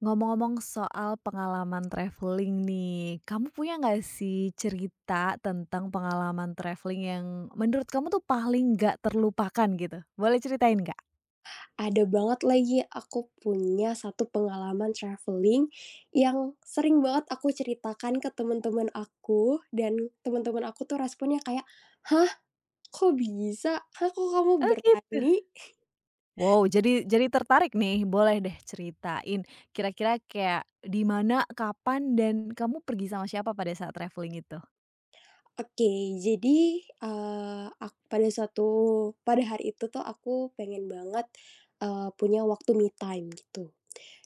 Ngomong-ngomong soal pengalaman traveling nih, kamu punya nggak sih cerita tentang pengalaman traveling yang menurut kamu tuh paling nggak terlupakan gitu? Boleh ceritain nggak? Ada banget lagi, aku punya satu pengalaman traveling yang sering banget aku ceritakan ke teman-teman aku, dan teman-teman aku tuh responnya kayak, "Hah, kok bisa? Hah, kok kamu Oh gitu. berani?" Wow, jadi tertarik nih, boleh deh ceritain. Kira-kira kayak di mana, kapan, dan kamu pergi sama siapa pada saat traveling itu? Oke, jadi, ak pada suatu pada hari itu tuh aku pengen banget, punya waktu me time gitu.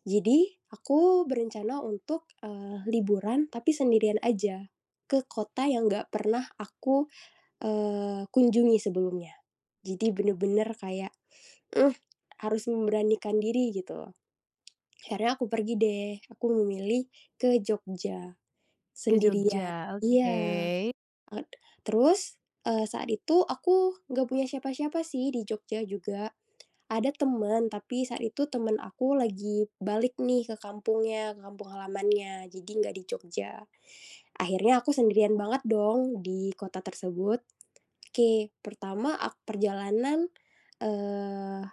Jadi, aku berencana untuk, liburan tapi sendirian aja, ke kota yang nggak pernah aku kunjungi sebelumnya. Jadi bener-bener kayak, "Mmm, harus memberanikan diri," gitu, loh. Akhirnya aku pergi deh, aku memilih ke Jogja Ke sendirian. Jogja, Iya, oke. et terus, saat itu aku nggak punya siapa-siapa sih di Jogja juga. Ada temen, tapi saat itu temen aku lagi balik nih ke kampungnya, ke kampung halamannya, jadi nggak di Jogja. Akhirnya aku sendirian banget dong di kota tersebut. Oke, pertama perjalanan, eee,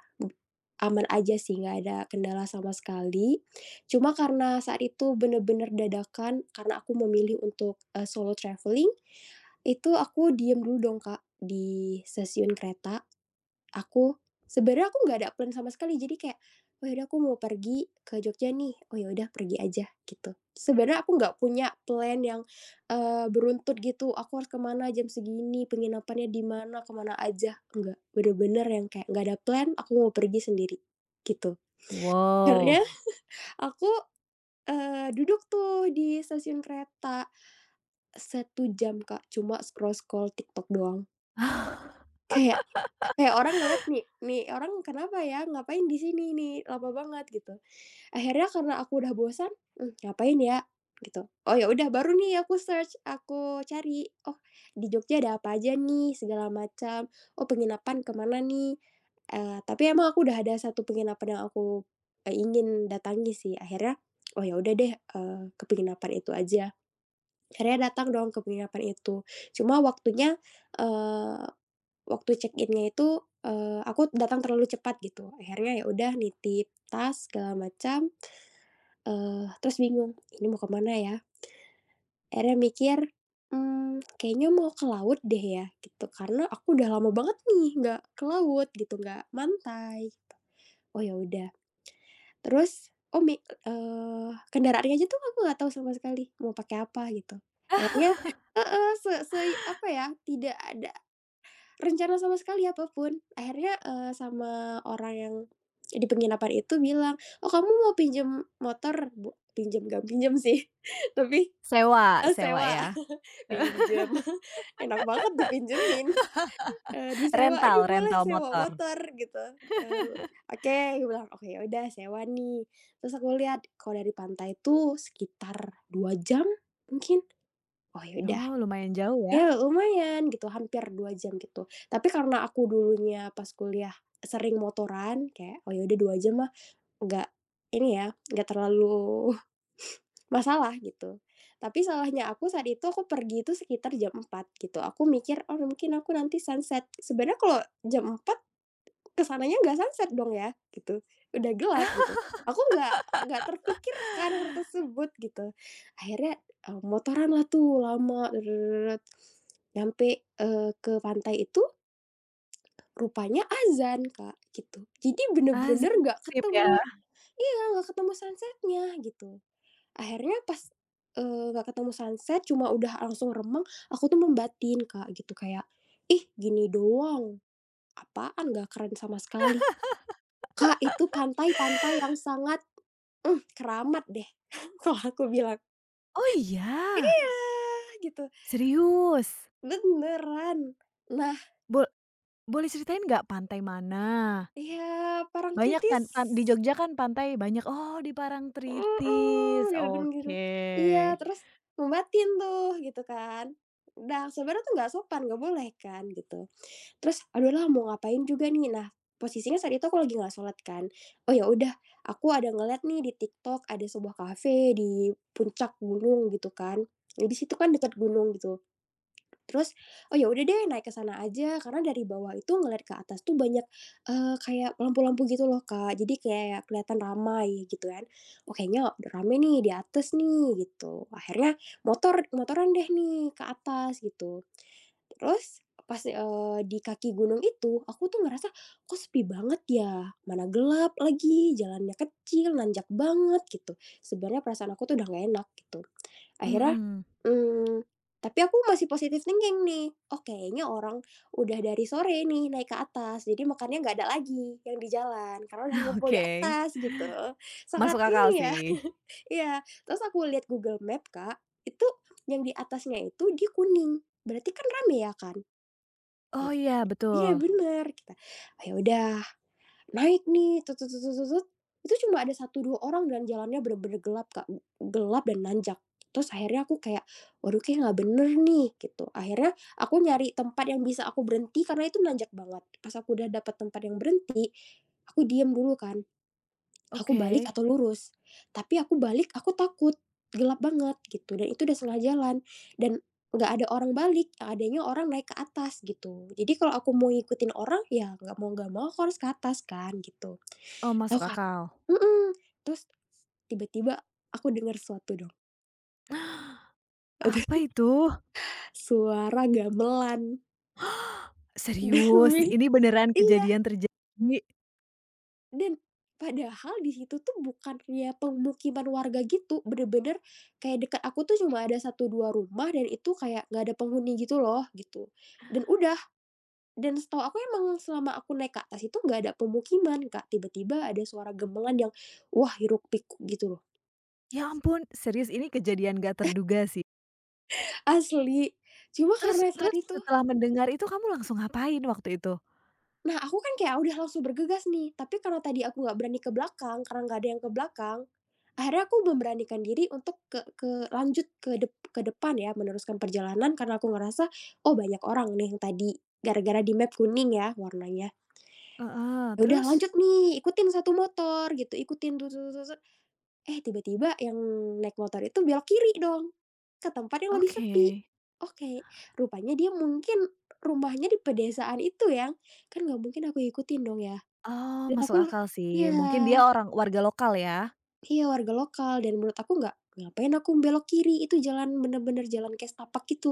aman aja sih, nggak ada kendala sama sekali. Cuma karena saat itu bener-bener dadakan, karena aku memilih untuk, solo traveling, itu aku diem dulu dong, Kak, di stasiun kereta. Aku Sebenarnya aku nggak ada plan sama sekali, jadi kayak, "Oh ya udah aku mau pergi ke Jogja nih, oh ya udah pergi aja," gitu. Sebenarnya aku nggak punya plan yang, beruntut gitu, aku harus ke mana jam segini, penginapannya di mana, ke mana aja, enggak. Bener-bener yang kayak nggak ada plan, aku mau pergi sendiri, gitu. Akhirnya Wow, aku, duduk tuh di stasiun kereta, 1 jam Kak, cuma scroll-scroll TikTok doang. Kayak Kayak orang ngeliat nih nih orang kenapa ya, ngapain di sini nih, lama banget gitu. Akhirnya karena aku udah bosan, ngapain ya gitu. Oh ya udah baru nih aku search, aku cari, oh di Jogja ada apa aja nih segala macam, oh penginapan ke mana nih, tapi emang aku udah ada satu penginapan yang aku, ingin datangi sih. Akhirnya, oh ya udah deh, ke penginapan itu aja. Akhirnya datang dong ke penginapan itu. Cuma waktunya, eee waktu check-in-nya itu, aku datang terlalu cepat gitu, akhirnya ya udah nitip tas segala macam, terus bingung, "Ini mau kemana ya?" Akhirnya mikir, "Kayaknya mau ke laut deh ya," gitu, karena aku udah lama banget nih nggak ke laut gitu, nggak pantai gitu. Oh ya udah. Terus, oh mi kendaraannya aja tuh aku nggak tahu sama sekali mau pakai apa gitu. Akhirnya heeh, se se apa ya, tidak ada rencana sama sekali apapun. Akhirnya, sama orang yang di penginapan itu bilang, "Oh, kamu mau pinjem motor?" Pinjem, nggak pinjem sih, tapi, sewa sewa sewa. ya? Pinjem, enak banget dipinjemin, disewa, "Ini Rental boleh rental sewa motor? motor," gitu, eee, "Oke," aku bilang, "Oke, ya udah sewa nih." Terus aku lihat, kalau dari pantai itu sekitar 2 jam mungkin. Oh, ya udah. Oh lumayan jauh ya? Ya lumayan gitu, hampir 2 jam gitu. Tapi karena aku dulunya pas kuliah sering motoran kayak, "Oh ya udah 2 jam mah nggak ini ya, nggak terlalu masalah," gitu. Tapi salahnya aku saat itu aku pergi itu sekitar jam 4 gitu. Aku mikir, "Oh mungkin aku nanti sunset." Sebenarnya kalau jam 4 ke sananya nggak sunset dong ya, gitu. Udah gelap gitu. Aku nggak terpikirkan hal tersebut gitu. Akhirnya, motoranlah tuh lama nyampe, ke pantai itu rupanya azan, Kak, gitu. Jadi Ah, bener-bener nggak Zagreb ya? ketemu, iya, nggak ketemu sunset-nya gitu. Akhirnya pas, nggak ketemu sunset cuma udah langsung remang, aku tuh membatin, Kak, gitu kayak, "Ih, gini doang, apaan nggak keren sama sekali." Kak, itu pantai-pantai yang sangat, keramat deh, kalau aku bilang. Oh Iya, iya? gitu, Serius? beneran. Nah, Bo boleh ceritain nggak pantai mana? iya, Banyak Parangtritis, kan pan di Jogja kan pantai banyak, oh di mhm, Parangtritis, gunung gitu, gitu, oke. gitu. Iya, terus membatin tuh gitu kan. Nah sebenarnya tuh nggak sopan, nggak boleh kan gitu. Terus, "Aduh lah mau ngapain juga nih." Nah, posisinya saat itu aku lagi nggak sholat kan. Oh ya udah, aku ada ngeliat nih di TikTok ada sebuah kafe di puncak gunung gitu kan. Nah, di situ kan dekat gunung gitu. Terus, "Oh ya udah deh naik ke sana aja," karena dari bawah itu ngeliat ke atas tuh banyak, kayak lampu-lampu gitu loh, Kak. Jadi kayak kelihatan ramai gitu kan. "Oh kayaknya rame nih di atas nih," gitu. Akhirnya motor motoran deh nih ke atas gitu. Terus pas, di kaki gunung itu aku tuh ngerasa, "Kok sepi banget ya? Mana gelap lagi, jalannya kecil, nanjak banget," gitu. Sebenarnya perasaan aku tuh udah gak enak gitu. Akhirnya, Mhm. mmm, tapi aku masih positive thinking nih, "Oh kayaknya orang udah dari sore nih naik ke atas, jadi makannya nggak ada lagi yang di jalan, karena udah ngumpul di Oke, atas," gitu. Sangat masuk akal ini ya. sih. Iya, terus aku lihat Google Map Kak, itu yang di atasnya itu dia kuning, berarti kan rame ya kan? Oh Gitu, iya iya betul, bener, kita, "Oh ya udah naik nih tut tut tut tut tut," itu cuma ada satu 2 orang dan jalannya bener-bener gelap, Kak, gelap dan nanjak. Terus akhirnya aku kayak, "Waduh kayaknya nggak bener nih," gitu. Akhirnya aku nyari tempat yang bisa aku berhenti karena itu nanjak banget. Pas aku udah dapet tempat yang berhenti, aku diem dulu kan, aku balik oke. atau lurus. Tapi aku balik aku takut, gelap banget gitu dan itu udah setengah jalan dan nggak ada orang balik, yang adanya orang naik ke atas gitu. Jadi kalau aku mau ngikutin orang, ya nggak mau aku harus ke atas kan gitu. Oh Tahu masuk Kak? akal. Mhm, terus tiba-tiba aku dengar suatu dong, ada Apa itu? suara gamelan. Serius? demi Ini beneran iya, kejadian terjadi? dan padahal di situ tuh bukannya pemukiman warga gitu, bener-bener kayak dekat aku tuh cuma ada satu 2 rumah dan itu kayak nggak ada penghuni gitu loh, gitu. Dan udah, dan setahu aku emang selama aku naik ke atas itu nggak ada pemukiman Kak, tiba-tiba ada suara gamelan yang, wah, hiruk pikuk gitu loh, Ya ampun, serius ini kejadian nggak terduga sih. asli. Cuma Terus karena saat terus itu, setelah mendengar itu kamu langsung ngapain waktu itu? nah, aku kan kayak udah langsung bergegas nih, tapi karena tadi aku nggak berani ke belakang, karena nggak ada yang ke belakang, akhirnya aku memberanikan diri untuk ke depan ya, meneruskan perjalanan karena aku ngerasa, "Oh, banyak orang nih yang tadi." Gara-gara di map kuning ya warnanya. Heeh, Ya udah terus? lanjut nih, ikutin satu motor gitu, ikutin tut, tut, tut, tut. Eh tiba-tiba yang naik motor itu belok kiri dong, ke tempat yang lebih sepi. Oke. Oke, rupanya dia mungkin rumahnya di pedesaan itu yang kan nggak mungkin aku ikutin dong ya. Oh, Dan masuk aku akal iya, sih, mungkin dia orang warga lokal ya? iya warga lokal dan menurut aku nggak ngapain aku belok kiri itu jalan bener-bener jalan kayak setapak gitu,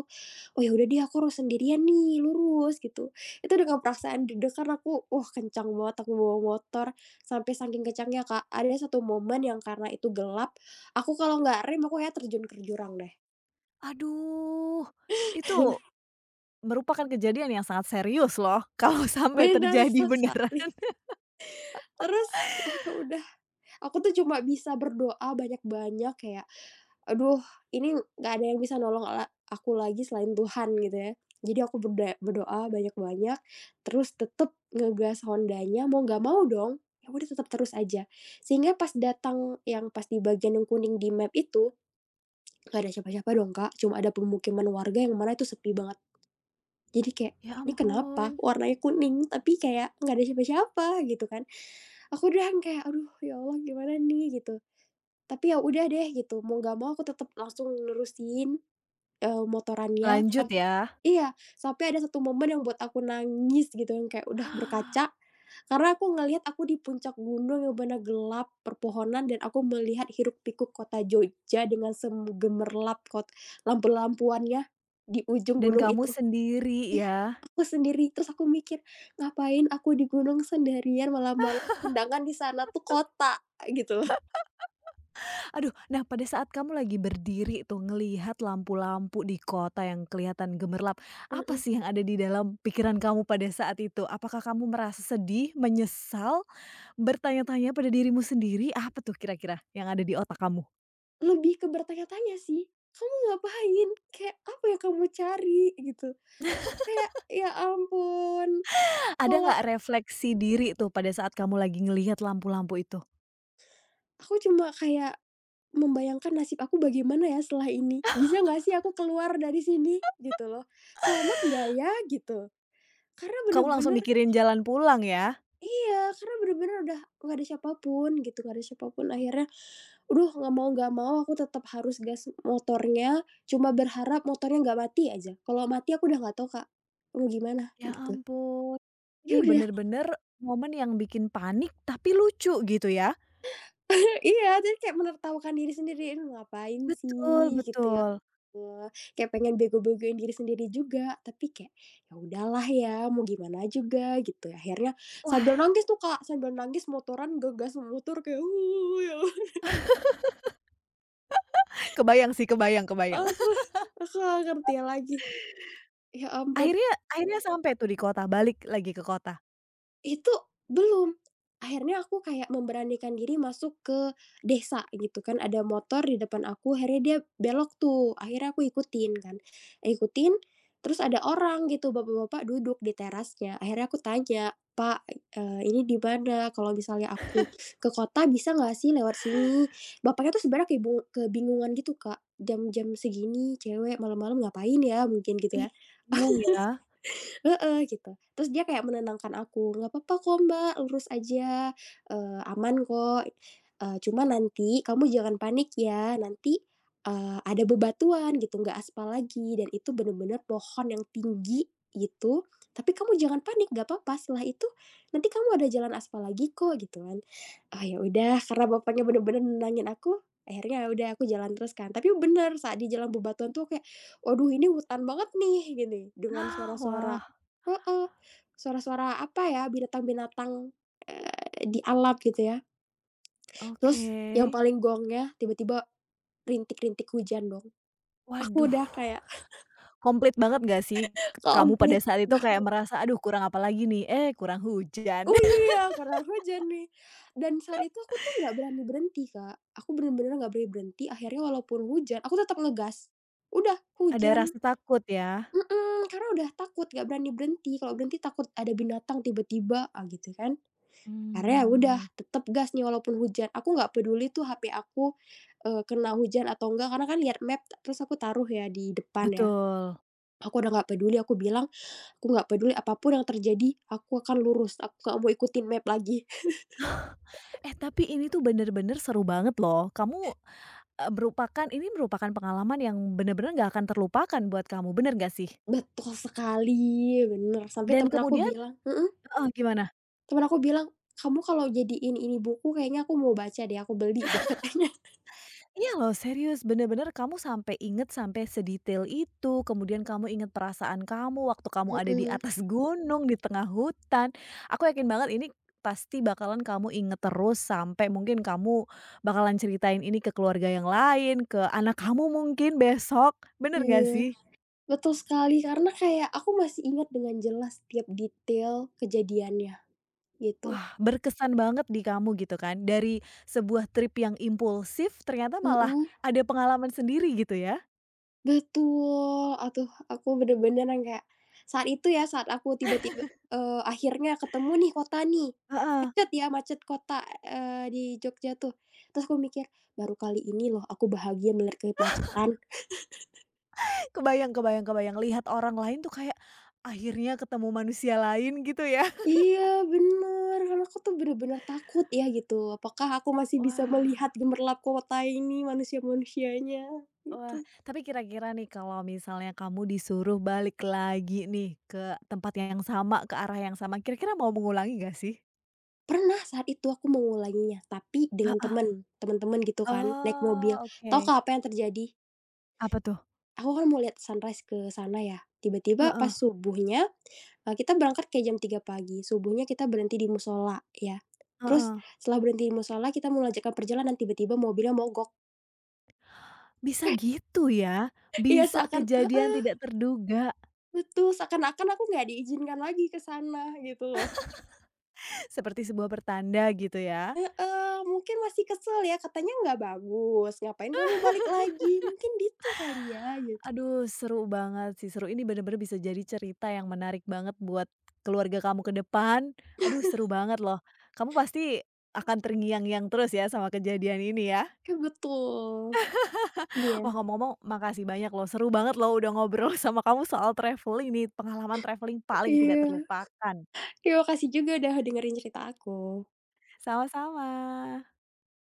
oh ya udah deh aku harus sendirian nih lurus gitu, itu dengan perasaan deg-degan aku wah kencang banget aku bawa motor sampai saking kencangnya Kak ada satu momen yang karena itu gelap aku kalau nggak rem aku kayak terjun ke jurang deh, Aduh, itu merupakan kejadian yang sangat serius loh, kalau sampai benar terjadi beneran. sekali. Terus oh ya udah aku tuh cuma bisa berdoa banyak-banyak kayak, aduh, ini nggak ada yang bisa nolong aku lagi selain Tuhan gitu ya. Jadi aku berdoa banyak-banyak, terus tetep ngegas Hondanya, mau nggak mau dong, ya udah tetep terus aja. Sehingga pas datang yang pas di bagian yang kuning di map itu, nggak ada siapa-siapa dong, Kak, cuma ada pemukiman warga yang mana itu sepi banget. Jadi kayak, Ya "Ini kenapa ampun, warnanya kuning tapi kayak nggak ada siapa-siapa?" Gitu kan. Aku udah kayak, "Aduh, ya Allah gimana nih?" Gitu. Tapi ya udah deh gitu, mau nggak mau aku tetep langsung nerusin. Motorannya lanjut ya. iya, sampai ada satu momen yang buat aku nangis gitu yang kayak udah berkaca, karena aku ngelihat aku di puncak gunung yang benar gelap perpohonan dan aku melihat hiruk-pikuk kota Jogja dengan segemerlap lampu-lampuannya di ujung Dan gunung kamu itu. sendiri Iya, ya. aku sendiri, terus aku mikir, "Ngapain aku di gunung sendirian malam-malam sedangkan di sana tuh kota," gitu loh. Aduh, nah pada saat kamu lagi berdiri tuh ngelihat lampu-lampu di kota yang kelihatan gemerlap, apa Heeh, sih yang ada di dalam pikiran kamu pada saat itu? Apakah kamu merasa sedih, menyesal? Bertanya-tanya pada dirimu sendiri, apa tuh kira-kira yang ada di otak kamu? lebih ke bertanya-tanya sih, "Kamu ngapain?" Kayak, "Apa yang kamu cari?" Gitu. Kayak, ya ampun, Ada kalau nggak refleksi diri tuh pada saat kamu lagi ngelihat lampu-lampu itu? aku cuma kayak membayangkan nasib aku bagaimana ya setelah ini? Bisa nggak sih aku keluar dari sini? Gitu loh. Selamat nggak ya? Gitu. Karena Kamu langsung bener-bener, mikirin jalan pulang ya? iya, karena bener-bener udah nggak ada siapapun gitu, nggak ada siapapun. Akhirnya, aduh nggak mau aku tetap harus gas motornya, cuma berharap motornya nggak mati aja. Kalau mati aku udah nggak tahu, Kak, mau gimana, Ya gitu. ampun, Ya ini udah. bener-bener momen yang bikin panik tapi lucu gitu ya? Iya, jadi kayak menertawakan diri sendiri, "Aduh ngapain Betul sih?" Gitu ya betul. Allah, kayak pengen bego-begoin diri sendiri juga, tapi kayak, "Ya udahlah ya, mau gimana juga," gitu. Akhirnya Wah, sambil nangis tuh, Kak, sambil nangis motoran ngegas motor kayak, ya kebayang sih, kebayang kebayang. Allah, aku nggak ngerti lagi. Ya ampun." Akhirnya akhirnya sampai tuh di kota, balik lagi ke kota? Itu belum. Akhirnya aku kayak memberanikan diri masuk ke desa gitu kan, ada motor di depan aku, akhirnya dia belok tuh, akhirnya aku ikutin kan. Ikutin, terus ada orang gitu, bapak-bapak duduk di terasnya. Akhirnya aku tanya, "Pak, ini di mana? Kalau misalnya aku ke kota bisa nggak sih lewat sini?" Bapaknya tuh sebenarnya kebingungan gitu, Kak, jam-jam segini cewek malam-malam ngapain ya, mungkin gitu ya. Ih, bingung ya? Heeh, gitu. Terus dia kayak menenangkan aku, "Nggak apa-apa kok, Mbak, lurus aja, aman kok, cuma nanti kamu jangan panik ya, nanti, ada bebatuan gitu, nggak aspal lagi dan itu bener-bener pohon yang tinggi gitu, tapi kamu jangan panik, nggak apa-apa, setelah itu nanti kamu ada jalan aspal lagi kok," gitu kan. Oh, ya udah karena bapaknya bener-bener nenangin aku, akhirnya ya udah aku jalan terus kan. Tapi bener saat di jalan bebatuan tuh kayak, "Waduh ini hutan banget nih," gini, dengan Ah, suara-suara. wah, Heeh, suara-suara apa ya, binatang-binatang, di alam gitu ya. oke. Terus yang paling gongnya tiba-tiba rintik-rintik hujan dong. Aku Waduh. udah kayak Komplit banget nggak sih, kamu komplit, pada saat itu ba kayak merasa, "Aduh kurang apa lagi nih? Eh kurang hujan." oh iya, karena hujan nih. Dan saat itu aku tuh nggak berani berhenti, Kak. Aku bener-bener nggak berani berhenti, akhirnya walaupun hujan, aku tetap ngegas. Udah Ada hujan, rasa takut ya? mhm, karena udah takut, nggak berani berhenti, kalau berhenti takut ada binatang tiba-tiba, ah, gitu kan. Akhirnya ya udah Mmm. tetep gas nih walaupun hujan, aku nggak peduli tuh HP aku, kena hujan atau enggak karena kan lihat map terus aku taruh ya di depan ya. Betul. Aku udah nggak peduli, aku bilang, "Aku nggak peduli apa pun yang terjadi, aku akan lurus, aku nggak mau ikutin map lagi." Eh tapi ini tuh bener-bener seru banget loh. Kamu, merupakan ini merupakan pengalaman yang bener-bener nggak akan terlupakan buat kamu, bener nggak sih? Betul sekali, bener, sampai Dan kemudian heeh, gimana? temen aku bilang, "Kamu kalau jadiin ini buku kayaknya aku mau baca deh, aku beli deh," katanya. Iya loh serius, bener-bener kamu sampai inget sampai sedetail itu, kemudian kamu inget perasaan kamu waktu kamu ada di Mhm, atas gunung, di tengah hutan. Aku yakin banget ini pasti bakalan kamu inget terus sampai mungkin kamu bakalan ceritain ini ke keluarga yang lain, ke anak kamu mungkin besok, bener nggak iya, sih? betul sekali karena kayak aku masih ingat dengan jelas tiap detail kejadiannya, gitu. Wah berkesan banget di kamu gitu kan, dari sebuah trip yang impulsif ternyata malah Mhm, ada pengalaman sendiri gitu ya? betul. Aduh, aku bener-bener yang kayak saat itu ya, saat aku tiba-tiba, akhirnya ketemu nih kota nih, Heeh. macet ya, macet kota, di Jogja tuh. Terus aku mikir, "Baru kali ini loh aku bahagia melihat kemacetan." Kebayang kebayang kebayang, lihat orang lain tuh kayak, akhirnya ketemu manusia lain gitu ya. Iya, bener, karena aku tuh bener-bener takut ya gitu, apakah aku masih bisa Wah melihat gemerlap kota ini, manusia-manusianya, gitu. wah, tapi kira-kira nih kalau misalnya kamu disuruh balik lagi nih ke tempat yang sama, ke arah yang sama, kira-kira mau mengulangi nggak sih? Pernah saat itu aku mengulanginya, tapi dengan Heeh. temen, temen-temen gitu kan, naik mobil. Oh, Tahu oke. Kak apa yang terjadi? Apa tuh? Aku kan mau lihat sunrise ke sana ya, tiba-tiba pas Heeh subuhnya, kita berangkat kayak jam 3 pagi, subuhnya kita berhenti di musola ya, terus heeh. setelah berhenti di musola kita melanjutkan perjalanan tiba-tiba mobilnya mogok. Bisa gitu ya? Iya Bisa seakan, kejadian heeh, tidak terduga, betul, seakan-akan aku nggak diizinkan lagi ke sana gitu loh. seperti sebuah pertanda gitu ya? Heeh, mungkin masih kesel ya, katanya nggak bagus, ngapain kamu balik lagi, mungkin gitu kali ya gitu. Aduh seru banget sih, seru ini bener-bener bisa jadi cerita yang menarik banget buat keluarga kamu ke depan. Aduh seru banget loh. Kamu pasti akan terngiang-ngiang terus ya sama kejadian ini ya. Iya betul. Iya. Wah ngomong-ngomong makasih banyak loh, seru banget loh udah ngobrol sama kamu soal traveling nih, pengalaman traveling paling tidak Iya. terlupakan. Terima kasih juga udah dengerin cerita aku. Sama-sama.